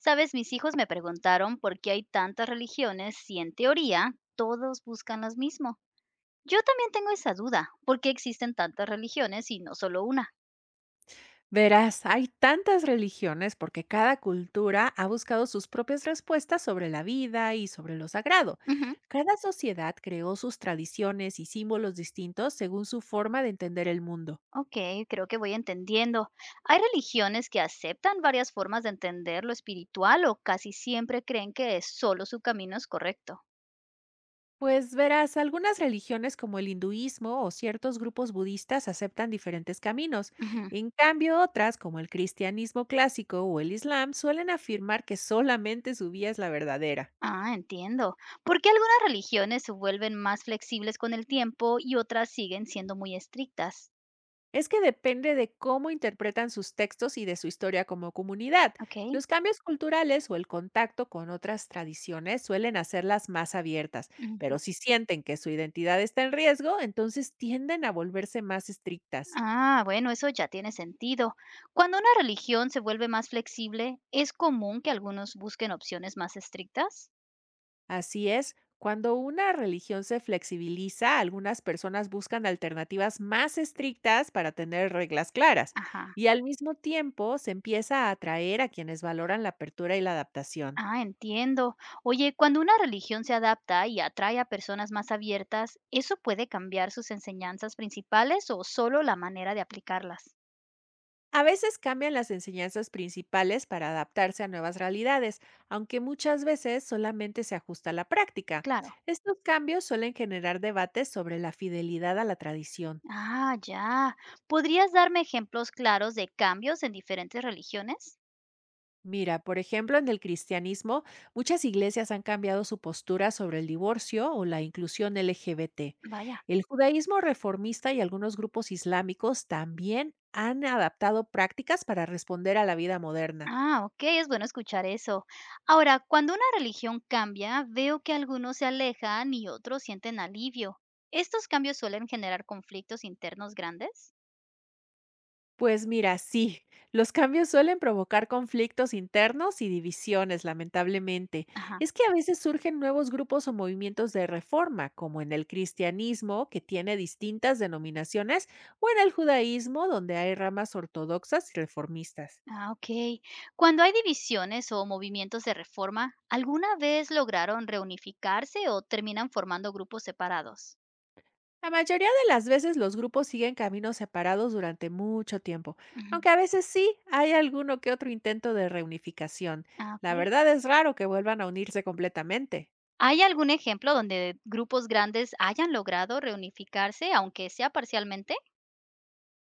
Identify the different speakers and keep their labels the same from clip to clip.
Speaker 1: Sabes, mis hijos me preguntaron por qué hay tantas religiones si en teoría todos buscan lo mismo. Yo también tengo esa duda. ¿Por qué existen tantas religiones y no solo una?
Speaker 2: Verás, hay tantas religiones porque cada cultura ha buscado sus propias respuestas sobre la vida y sobre lo sagrado.
Speaker 1: Ujú.
Speaker 2: Cada sociedad creó sus tradiciones y símbolos distintos según su forma de entender el mundo.
Speaker 1: Ok, creo que voy entendiendo. ¿Hay religiones que aceptan varias formas de entender lo espiritual o casi siempre creen que solo su camino es correcto?
Speaker 2: Pues verás, algunas religiones como el hinduismo o ciertos grupos budistas aceptan diferentes caminos.
Speaker 1: Ujú.
Speaker 2: En cambio, otras como el cristianismo clásico o el islam suelen afirmar que solamente su vía es la verdadera.
Speaker 1: Ah, entiendo. ¿Por qué algunas religiones se vuelven más flexibles con el tiempo y otras siguen siendo muy estrictas?
Speaker 2: Es que depende de cómo interpretan sus textos y de su historia como comunidad.
Speaker 1: Ok.
Speaker 2: Los cambios culturales o el contacto con otras tradiciones suelen hacerlas más abiertas, pero
Speaker 1: Ujú.
Speaker 2: si sienten que su identidad está en riesgo, entonces tienden a volverse más estrictas.
Speaker 1: Ah, bueno, eso ya tiene sentido. Cuando una religión se vuelve más flexible, ¿es común que algunos busquen opciones más estrictas?
Speaker 2: Así es, cuando una religión se flexibiliza, algunas personas buscan alternativas más estrictas para tener reglas claras
Speaker 1: Ajá.
Speaker 2: y al mismo tiempo se empieza a atraer a quienes valoran la apertura y la adaptación.
Speaker 1: Ah, entiendo. Oye, cuando una religión se adapta y atrae a personas más abiertas, ¿eso puede cambiar sus enseñanzas principales o solo la manera de aplicarlas?
Speaker 2: A veces cambian las enseñanzas principales para adaptarse a nuevas realidades, aunque muchas veces solamente se ajusta a la práctica.
Speaker 1: Claro.
Speaker 2: Estos cambios suelen generar debates sobre la fidelidad a la tradición.
Speaker 1: Ah, ya. ¿Podrías darme ejemplos claros de cambios en diferentes religiones?
Speaker 2: Mira, por ejemplo, en el cristianismo, muchas iglesias han cambiado su postura sobre el divorcio o la inclusión LGBT.
Speaker 1: Vaya.
Speaker 2: El judaísmo reformista y algunos grupos islámicos también han adaptado prácticas para responder a la vida moderna.
Speaker 1: Ah, ok, es bueno escuchar eso. Ahora, cuando una religión cambia, veo que algunos se alejan y otros sienten alivio. ¿Estos cambios suelen generar conflictos internos grandes?
Speaker 2: Pues mira, sí, los cambios suelen provocar conflictos internos y divisiones, lamentablemente.
Speaker 1: Ajá.
Speaker 2: Es que a veces surgen nuevos grupos o movimientos de reforma, como en el cristianismo, que tiene distintas denominaciones, o en el judaísmo, donde hay ramas ortodoxas y reformistas.
Speaker 1: Ah, ok. Cuando hay divisiones o movimientos de reforma, ¿alguna vez lograron reunificarse o terminan formando grupos separados?
Speaker 2: La mayoría de las veces los grupos siguen caminos separados durante mucho tiempo,
Speaker 1: Ujú.
Speaker 2: aunque a veces sí hay alguno que otro intento de reunificación.
Speaker 1: Ah, ok.
Speaker 2: La verdad es raro que vuelvan a unirse completamente.
Speaker 1: ¿Hay algún ejemplo donde grupos grandes hayan logrado reunificarse, aunque sea parcialmente?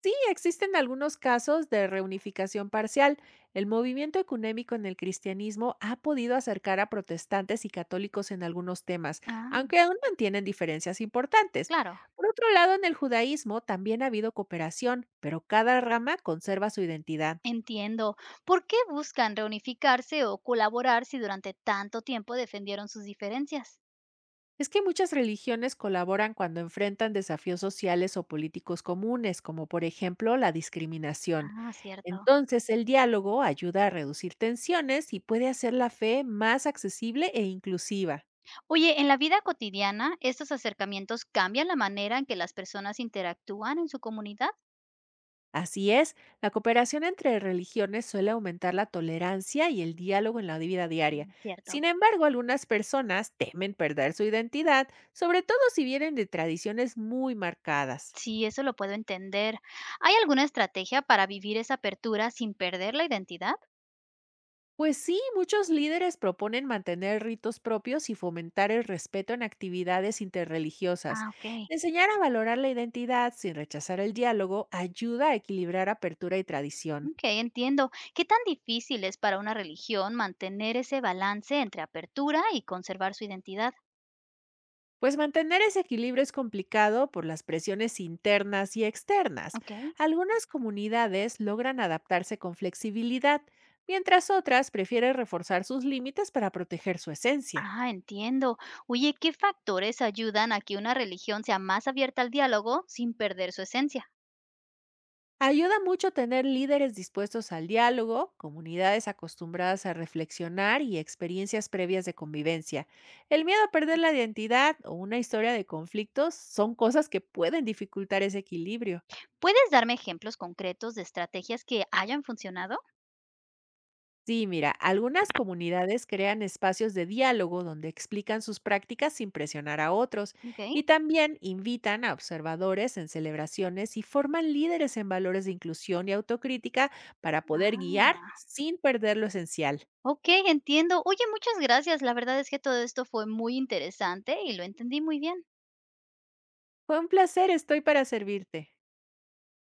Speaker 2: Sí, existen algunos casos de reunificación parcial. El movimiento ecuménico en el cristianismo ha podido acercar a protestantes y católicos en algunos temas,
Speaker 1: Ah,
Speaker 2: aunque aún mantienen diferencias importantes.
Speaker 1: claro.
Speaker 2: Por otro lado, en el judaísmo también ha habido cooperación, pero cada rama conserva su identidad.
Speaker 1: Entiendo. ¿Por qué buscan reunificarse o colaborar si durante tanto tiempo defendieron sus diferencias?
Speaker 2: Es que muchas religiones colaboran cuando enfrentan desafíos sociales o políticos comunes, como por ejemplo la discriminación.
Speaker 1: Ah, cierto.
Speaker 2: Entonces, el diálogo ayuda a reducir tensiones y puede hacer la fe más accesible e inclusiva.
Speaker 1: Oye, en la vida cotidiana, ¿estos acercamientos cambian la manera en que las personas interactúan en su comunidad?
Speaker 2: Así es, la cooperación entre religiones suele aumentar la tolerancia y el diálogo en la vida diaria.
Speaker 1: Mm,
Speaker 2: Sin
Speaker 1: cierto.
Speaker 2: embargo, algunas personas temen perder su identidad, sobre todo si vienen de tradiciones muy marcadas.
Speaker 1: Sí, eso lo puedo entender. ¿Hay alguna estrategia para vivir esa apertura sin perder la identidad?
Speaker 2: Pues sí, muchos líderes proponen mantener ritos propios y fomentar el respeto en actividades interreligiosas.
Speaker 1: Ah, ok.
Speaker 2: Enseñar a valorar la identidad sin rechazar el diálogo ayuda a equilibrar apertura y tradición.
Speaker 1: Ok, entiendo. ¿Qué tan difícil es para una religión mantener ese balance entre apertura y conservar su identidad?
Speaker 2: Pues mantener ese equilibrio es complicado por las presiones internas y externas.
Speaker 1: Ok.
Speaker 2: Algunas comunidades logran adaptarse con flexibilidad, mientras otras prefieren reforzar sus límites para proteger su esencia.
Speaker 1: Ah, entiendo. Oye, ¿qué factores ayudan a que una religión sea más abierta al diálogo sin perder su esencia?
Speaker 2: Ayuda mucho tener líderes dispuestos al diálogo, comunidades acostumbradas a reflexionar y experiencias previas de convivencia. El miedo a perder la identidad o una historia de conflictos son cosas que pueden dificultar ese equilibrio.
Speaker 1: ¿Puedes darme ejemplos concretos de estrategias que hayan funcionado?
Speaker 2: Sí, mira, algunas comunidades crean espacios de diálogo donde explican sus prácticas sin presionar a otros
Speaker 1: Ok.
Speaker 2: y también invitan a observadores en celebraciones y forman líderes en valores de inclusión y autocrítica para poder guiar
Speaker 1: Ah,
Speaker 2: sin perder lo esencial.
Speaker 1: ok, entiendo. Oye, muchas gracias. La verdad es que todo esto fue muy interesante y lo entendí muy bien.
Speaker 2: Fue un placer, estoy para servirte.